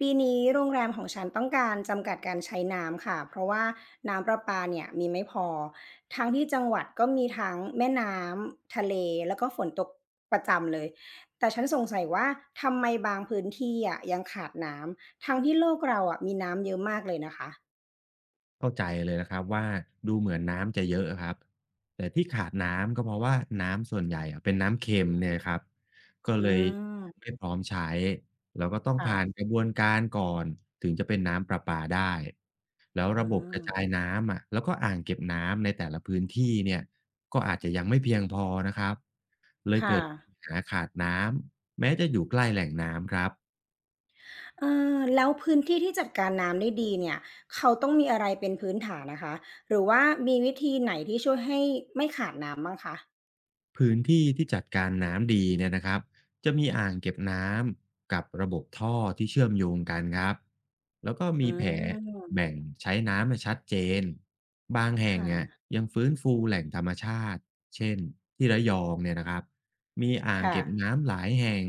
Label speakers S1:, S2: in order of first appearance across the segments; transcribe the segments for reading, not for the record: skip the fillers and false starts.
S1: ปีนี้โรงแรมของฉันต้องการจำกัดการใช้น้ำค่ะเพราะว่าน้ำประปาเนี่ยมีไม่พอทั้งที่จังหวัดก็มีทั้งแม่น้ำทะเลแล้วก็ฝนตกประจำเลยแต่ฉันสงสัยว่าทำไมบางพื้นที่อะยังขาดน้ำทั้งที่โลกเราอะมีน้ำเยอะมากเลยนะคะ
S2: เข้าใจเลยนะครับว่าดูเหมือนน้ำจะเยอะครับแต่ที่ขาดน้ำก็เพราะว่าน้ำส่วนใหญ่อะเป็นน้ำเค็มเนี่ยครับก็
S1: อื
S2: เลยยังไม่
S1: ม
S2: พร้อมใช้แล้วก็ต้อง
S1: ค่ะ
S2: ผ่านกระบวนการก่อนถึงจะเป็นน้ำประปาได้แล้ว
S1: อื
S2: ระบบก
S1: ม
S2: ระจายน้ำอะแล้วก็อ่างเก็บน้ำในแต่ละพื้นที่เนี่ยก็อาจจะยังไม่เพียงพอนะครับเลย
S1: ค่ะ
S2: เกิดปัญหาขาดน้ำแม้จะอยู่ใกล้แหล่งน้ำครับ
S1: เออแล้วพื้นที่ที่จัดการน้ำได้ดีเนี่ยเขาต้องมีอะไรเป็นพื้นฐานนะคะหรือว่ามีวิธีไหนที่ช่วยให้ไม่ขาดน้ำบ้างคะ
S2: พื้นที่ที่จัดการน้ำดีเนี่ยนะครับจะมีอ่างเก็บน้ำกับระบบท่อที่เชื่อมโยงกันครับแล้วก็มี
S1: อา
S2: แผนแบ่งใช้น้ำมาชัดเจนบางแห่ง
S1: ค่ะ
S2: อ่ะยังฟื้นฟูแหล่งธรรมชาติเช่นที่ระยองเนี่ยนะครับมีอ่าง
S1: ค่ะ
S2: เก็บน้ำหลายแห่ง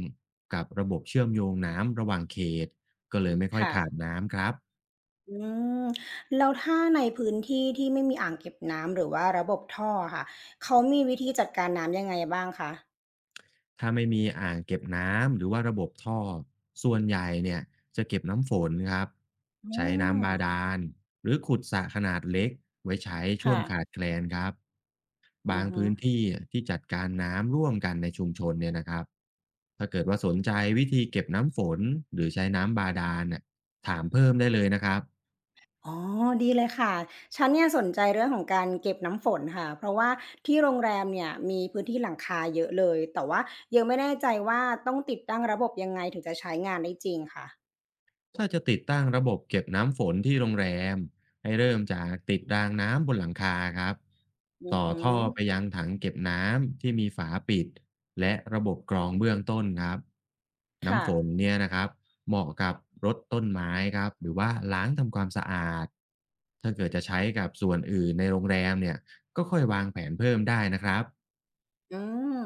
S2: กับระบบเชื่อมโยงน้ำระหว่างเขตก็เลยไม่ค่อย
S1: ค่ะ
S2: ขาดน้ำครับ
S1: อืมแล้วถ้าในพื้นที่ที่ไม่มีอ่างเก็บน้ำหรือว่าระบบท่ออะค่ะเขามีวิธีจัดการน้ำยังไงบ้างคะ
S2: ถ้าไม่มีอ่างเก็บน้ำหรือว่าระบบท่อส่วนใหญ่เนี่ยจะเก็บน้ำฝนครับ
S1: อ
S2: ใช้น้ำบา
S1: า
S2: ดาลหรือขุดสระขนาดเล็กไว้ใช้ช่วงขา
S1: ค่ะ
S2: ดแคลนครับ
S1: อื
S2: บา
S1: อ
S2: ง
S1: ฮึ
S2: พื้นที่ที่จัดการน้ำร่วมกันในชุมชนเนี่ยนะครับถ้าเกิดว่าสนใจวิธีเก็บน้ำฝนหรือใช้น้ำบาดาลน่ะถามเพิ่มได้เลยนะครับ
S1: อ๋อดีเลยค่ะฉันเนี่ยสนใจเรื่องของการเก็บน้ำฝนค่ะเพราะว่าที่โรงแรมเนี่ยมีพื้นที่หลังคาเยอะเลยแต่ว่ายังไม่แน่ใจว่าต้องติดตั้งระบบยังไงถึงจะใช้งานได้จริงค่ะ
S2: ถ้าจะติดตั้งระบบเก็บน้ำฝนที่โรงแรมให้เริ่มจากติดรางน้ำบนหลังคาครับ
S1: อือ
S2: ต่อ
S1: ฮึ
S2: ท่อไปยังถังเก็บน้ำที่มีฝาปิดและระบบกรองเบื้องต้นครับ
S1: ค่ะ
S2: น้ำฝนเนี่ยนะครับเหมาะกับรดต้นไม้ครับหรือว่าล้างทำความสะอาดถ้าเกิดจะใช้กับส่วนอื่นในโรงแรมเนี่ยก็ค่อยวางแผนเพิ่มได้นะครับ
S1: อืม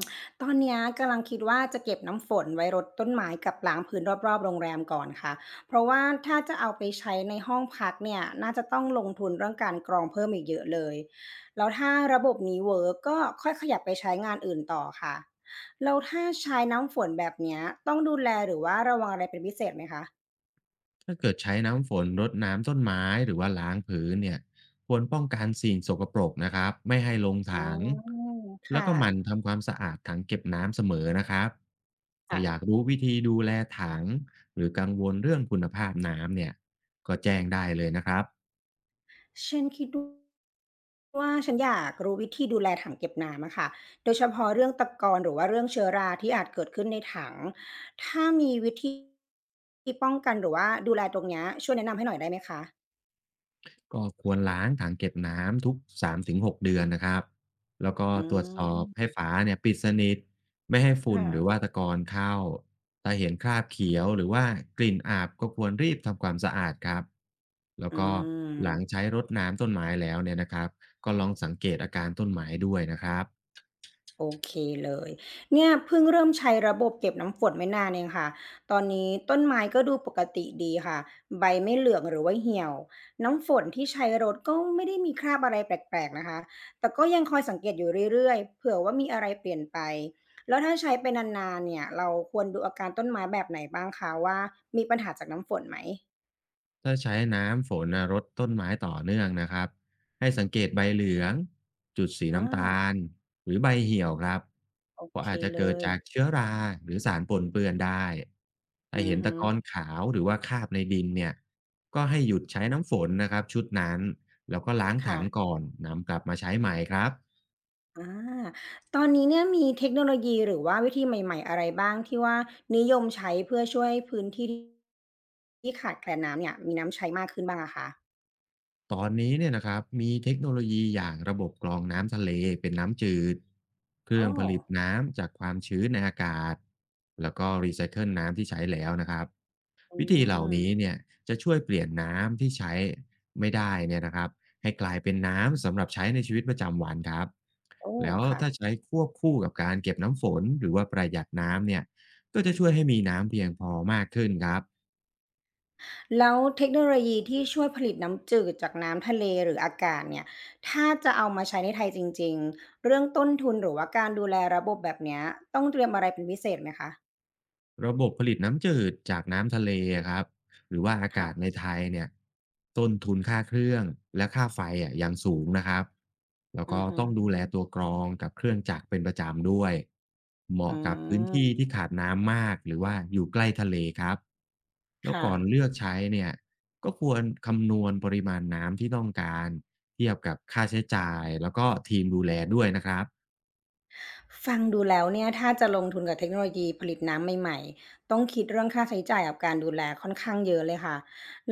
S1: ตอนเนี้ยกำลังคิดว่าจะเก็บน้ำฝนไว้รดต้นไม้กับล้างพื้นรอบๆโรงแรมก่อนค่ะเพราะว่าถ้าจะเอาไปใช้ในห้องพักเนี่ยน่าจะต้องลงทุนเรื่องการกรองเพิ่มอีกเยอะเลยแล้วถ้าระบบนี้เวิร์กก็ค่อยขยับไปใช้งานอื่นต่อค่ะแล้วถ้าใช้น้ำฝนแบบเนี้ยต้องดูแลหรือว่าระวังอะไรเป็นพิเศษไหมคะ
S2: ถ้าเกิดใช้น้ำฝนรดน้ำต้นไม้หรือว่าล้างพื้นเนี่ยควรป้องกันสิ่งสกปรกนะครับไม่ให้ลง
S1: อื
S2: ถัง
S1: ม
S2: แล้
S1: ค่ะ
S2: วก็หมั่นทำความสะอาดถังเก็บน้ำเสมอนะครับถ้า
S1: ค่ะ
S2: อยากรู้วิธีดูแลถังหรือกังวลเรื่องคุณภาพน้ำเนี่ยก็แจ้งได้เลยนะครับ
S1: ฉันคิดว่าฉันอยากรู้วิธีดูแลถังเก็บน้ำอะค่ะ โดยเฉพาะเรื่องตะกอนหรือว่าเรื่องเชื้อราที่อาจเกิดขึ้นในถังถ้ามีวิธีที่ป้องกันหรือว่าดูแลตรงเนี้ยช่วยแนะนำให้หน่อยได้ไหมคะ
S2: ก็ควรล้างถังเก็บน้ำทุก3-6เดือนนะครับแล้วก็
S1: อื
S2: ตรวจสอบให้
S1: ม
S2: ฝาเนี่ยปิดสนิทไม่ให้ฝุ่น
S1: ค่ะ
S2: หรือว่าตะกอนเข้าถ้าเห็นคราบเขียวหรือว่ากลิ่นอาบก็ควรรีบทำความสะอาดครับแล้ว
S1: อื
S2: ก็หลัง
S1: ม
S2: ใช้รดน้ำต้นไม้แล้วเนี่ยนะครับก็ลองสังเกตอาการต้นไม้ด้วยนะครับ
S1: โอเคเลย เนี่ยเพิ่งเริ่มใช้ระบบเก็บน้ำฝนไม่นานเองค่ะตอนนี้ต้นไม้ก็ดูปกติดีค่ะ ใบไม่เหลืองหรือว่าเหี่ยวน้ำฝนที่ใช้รดก็ไม่ได้มีคราบอะไรแปลกๆนะคะแต่ก็ยังคอยสังเกตอยู่เรื่อยๆเผื่อว่ามีอะไรเปลี่ยนไป แล้วถ้าใช้ไปนานๆเนี่ย เราควรดูอาการต้นไม้แบบไหนบ้างคะว่ามีปัญหาจากน้ำฝนไหม
S2: ถ้าใช้น้ำฝนน่ะรดต้นไม้ต่อเนื่องนะครับให้สังเกตใบเหลืองจุดสี
S1: อ่
S2: น้ำตา
S1: า
S2: ลหรือใบเหี่ยวครับ
S1: โอ
S2: เพราะ
S1: เค
S2: อาจจะ
S1: เล
S2: เกิด
S1: ย
S2: จากเชื้อราหรือสารปนเปื้อนได้ถ้า
S1: อือ
S2: เห็น
S1: ฮึ
S2: ตะกอนขาวหรือว่าคราบในดินเนี่ยก็ให้หยุดใช้น้ำฝนนะครับชุดนั้นแล้วก็ล้าง
S1: ค่ะ
S2: ถังก่อนนำกลับมาใช้ใหม่ครับ
S1: อาตอนนี้เนี่ยมีเทคโนโลยีหรือว่าวิธีใหม่ๆอะไรบ้างที่ว่านิยมใช้เพื่อช่วยให้พื้นที่ที่ขาดแคลนน้ำเนี่ยมีน้ำใช้มากขึ้นบ้างอะคะ
S2: ตอนนี้เนี่ยนะครับมีเทคโนโลยีอย่างระบบกรองน้ำทะเลเป็นน้ำจืดเครื่อ
S1: อ้
S2: ง
S1: อ
S2: ผลิตน้ำจากความชื้นในอากาศแล้วก็รีไซเคิลน้ำที่ใช้แล้วนะครับ
S1: อื
S2: วิธีเหล่า
S1: ม
S2: นี้เนี่ยจะช่วยเปลี่ยนน้ำที่ใช้ไม่ได้เนี่ยนะครับให้กลายเป็นน้ำสำหรับใช้ในชีวิตประจำวันครับ
S1: โอ้
S2: แล้ว
S1: ค่ะ
S2: ถ้าใช้ควบคู่กับการเก็บน้ำฝนหรือว่าประหยัดน้ำเนี่ยก็จะช่วยให้มีน้ำเพียงพอมากขึ้นครับ
S1: แล้วเทคโนโลยีที่ช่วยผลิตน้ำจืดจากน้ำทะเลหรืออากาศเนี่ยถ้าจะเอามาใช้ในไทยจริงๆเรื่องต้นทุนหรือว่าการดูแลระบบแบบเนี้ยต้องเตรียมอะไรเป็นพิเศษไหมคะ
S2: ระบบผลิตน้ำจืดจากน้ำทะเลอะครับหรือว่าอา
S1: ครั
S2: กาศใน
S1: บ
S2: ไทยเนี่ยต้นทุนค่าเครื่องและค่าไฟอ่ะยังสูงนะครับแล้ว
S1: อื
S2: ก็
S1: อฮึ
S2: ต้องดูแลตัวกรองกับเครื่องจักรเป็นประจำด้วยเห
S1: อื
S2: มาะกับพื้นที่ที่
S1: ม
S2: ขาดน้ำมากหรือว่าอยู่ใกล้ทะเลครับแล้ว
S1: ค่ะ
S2: ก่อนเลือกใช้เนี่ยก็ควรคำนวณปริมาณน้ำที่ต้องการเทียบกับค่าใช้จ่ายแล้วก็ทีมดูแลด้วยนะครับ
S1: ฟังดูแล้วเนี่ยถ้าจะลงทุนกับเทคโนโลยีผลิตน้ำใหม่ๆต้องคิดเรื่องค่าใช้จ่ายกับการดูแลค่อนข้างเยอะเลยค่ะ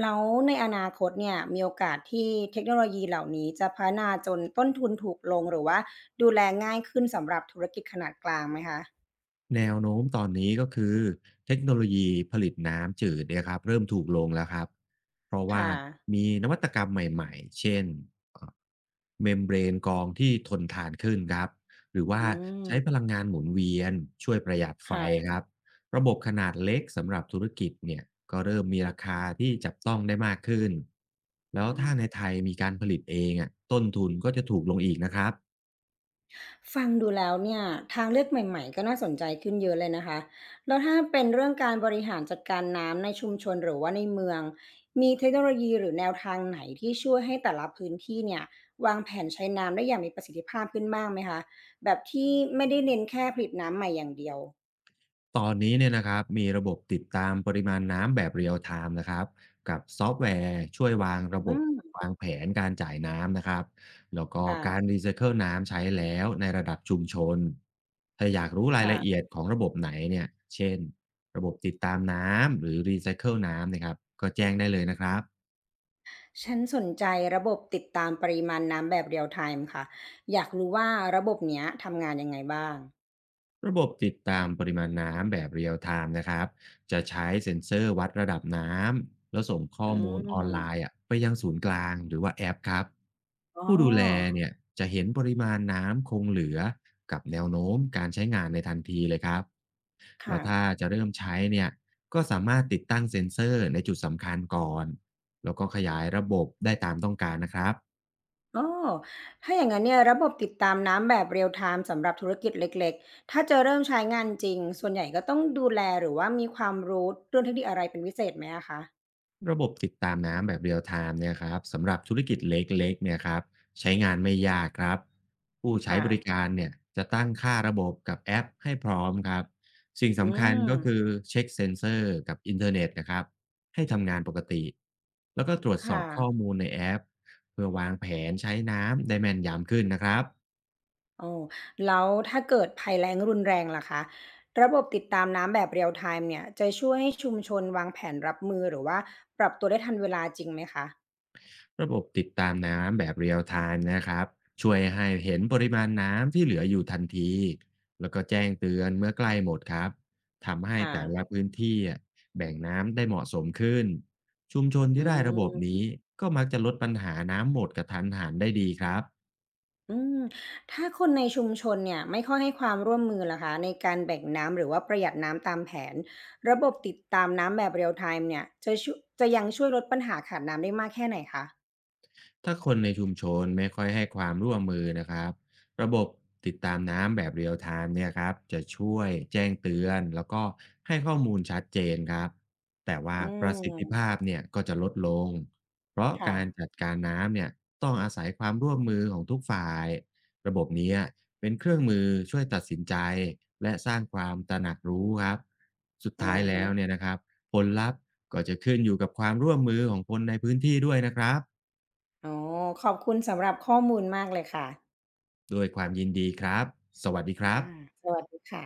S1: แล้วในอนาคตเนี่ยมีโอกาสที่เทคโนโลยีเหล่านี้จะพัฒนาจนต้นทุนถูกลงหรือว่าดูแลง่ายขึ้นสำหรับธุรกิจขนาดกลางไหมคะ
S2: แนวโน้มตอนนี้ก็คือเทคโนโลยีผลิตน้ำจืดเนี่ยครับเริ่มถูกลงแล้วครับเพราะว่า
S1: ค่ะ
S2: มีนวัตกรรมใหม่ๆเช่นเมมเบรนกรองที่ทนทานขึ้นครับหรือว่า
S1: อืม
S2: ใช้พลังงานหมุนเวียนช่วยประหยัดไฟ
S1: ค่ะ
S2: ครับระบบขนาดเล็กสำหรับธุรกิจเนี่ยก็เริ่มมีราคาที่จับต้องได้มากขึ้นแล้
S1: อ
S2: ว
S1: อฮะ
S2: ถ้าในไทยมีการผลิตเองอ่ะต้นทุนก็จะถูกลงอีกนะครับ
S1: ฟังดูแล้วเนี่ยทางเลือกใหม่ๆก็น่าสนใจขึ้นเยอะเลยนะคะแล้วถ้าเป็นเรื่องการบริหารจัดการน้ำในชุมชนหรือว่าในเมืองมีเทคโนโลยีหรือแนวทางไหนที่ช่วยให้แต่ละพื้นที่เนี่ยวางแผนใช้น้ำได้อย่างมีประสิทธิภาพขึ้นบ้างไหมคะแบบที่ไม่ได้เน้นแค่ผลิตน้ำใหม่อย่างเดียว
S2: ตอนนี้เนี่ยนะครับมีระบบติดตามปริมาณน้ำแบบเรียลไทม์นะครับกับซอฟต์แวร์ช่วยวางระ
S1: อื
S2: บบ
S1: ม
S2: วางแผนการจ่ายน้ำนะครับแล้วก็
S1: ค่ะ
S2: การรีไซเคิลน้ำใช้แล้วในระดับชุมชนถ้าอยากรู้รายละเอี
S1: ค่ะ
S2: ยดของระบบไหนเนี่ยเช่นระบบติดตามน้ำหรือรีไซเคิลน้ำนะครับก็แจ้งได้เลยนะครับ
S1: ฉันสนใจระบบติดตามปริมาณน้ำแบบ real time ค่ะอยากรู้ว่าระบบเนี้ยทำงานยังไงบ้าง
S2: ระบบติดตามปริมาณน้ำแบบเรียลไทม์นะครับจะใช้เซ็นเซอร์วัดระดับน้ำแล้วส่งข้อ
S1: อื
S2: มูลออนไล
S1: ม
S2: น์อะไปยังศูนย์กลางหรือว่าแอปครับ
S1: อ๋อ
S2: ผู้ดูแลเนี่ยจะเห็นปริมาณน้ำคงเหลือกับแนวโน้มการใช้งานในทันทีเลยครับแล้
S1: ค่ะ
S2: วถ้าจะเริ่มใช้เนี่ยก็สามารถติดตั้งเซ็นเซอร์ในจุดสำคัญก่อนแล้วก็ขยายระบบได้ตามต้องการนะครับ
S1: อ้อถ้าอย่างนั้นเนี่ยระบบติดตามน้ำแบบ real time สำหรับธุรกิจเล็กๆ ถ้าจะเริ่มใช้งานจริง ส่วนใหญ่ก็ต้องดูแลหรือว่ามีความรู้เรื่องเทคนิคอะไรเป็นพิเศษไหมอะคะ
S2: ระบบติดตามน้ำแบบเรียลไทม์เนี่ยครับสำหรับธุรกิจเล็กๆเนี่ยครับใช้งานไม่ยากครับผู้ใช้
S1: ค่ะ
S2: บริการเนี่ยจะตั้งค่าระบบกับแอปให้พร้อมครับสิ่ง
S1: อื
S2: สำคัญก็คือ
S1: ม
S2: เช็คเซนเซอร์กับอินเทอร์เน็ตนะครับให้ทำงานปกติแล้วก็ตรวจสอ
S1: ค่ะ
S2: บข้อมูลในแอปเพื่อวางแผนใช้น้ำได้แม่นยำขึ้นนะครับ
S1: โอ้ แล้วถ้าเกิดภัยแล้งรุนแรงล่ะคะ ระบบติดตามน้ำแบบ real time เนี่ยจะช่วยให้ชุมชนวางแผนรับมือหรือว่าปรับตัวได้ทันเวลาจริงไหมคะ
S2: ระบบติดตามน้ำแบบเรียลไทม์นะครับช่วยให้เห็นปริมาณน้ำที่เหลืออยู่ทันทีแล้วก็แจ้งเตือนเมื่อใกล้หมดครับทำให้
S1: ค่ะ
S2: แต่ละพื้นที่อะแบ่งน้ำได้เหมาะสมขึ้นชุมชน
S1: อื
S2: ที่ได้ระบบ
S1: ม
S2: นี้ก็มักจะลดปัญหาน้ำหมดกระทันหันได้ดีครับ
S1: อืมถ้าคนในชุมชนเนี่ยไม่ค่อยให้ความร่วมมือล่ะคะในการแบ่งน้ำหรือว่าประหยัดน้ำตามแผนระบบติดตามน้ำแบบเรียลไทม์เนี่ยจะยังช่วยลดปัญหาขาดน้ำได้มากแค่ไหนคะ
S2: ถ้าคนในชุมชนไม่ค่อยให้ความร่วมมือนะครับระบบติดตามน้ำแบบเรียลไทม์เนี่ยครับจะช่วยแจ้งเตือนแล้วก็ให้ข้อมูลชัดเจนครับแต่ว่า
S1: อื
S2: ประสิทธิภาพ
S1: ม
S2: เนี่ยก็จะลดลงเพราะ
S1: ค่ะ
S2: การจัดการน้ำเนี่ยต้องอาศัยความร่วมมือของทุกฝ่ายระบบเนี้ยเป็นเครื่องมือช่วยตัดสินใจและสร้างความตระหนักรู้ครับสุด
S1: อื
S2: ท้าย
S1: อฮึ
S2: แล้วเนี่ยนะครับผลลัพธ์ก็จะขึ้นอยู่กับความร่วมมือของคนในพื้นที่ด้วยนะครับ
S1: อ๋อขอบคุณสำหรับข้อมูลมากเลยค่ะ
S2: ด้วยความยินดีครับ สวัสดีครับ
S1: อาสวัสดีค่ะ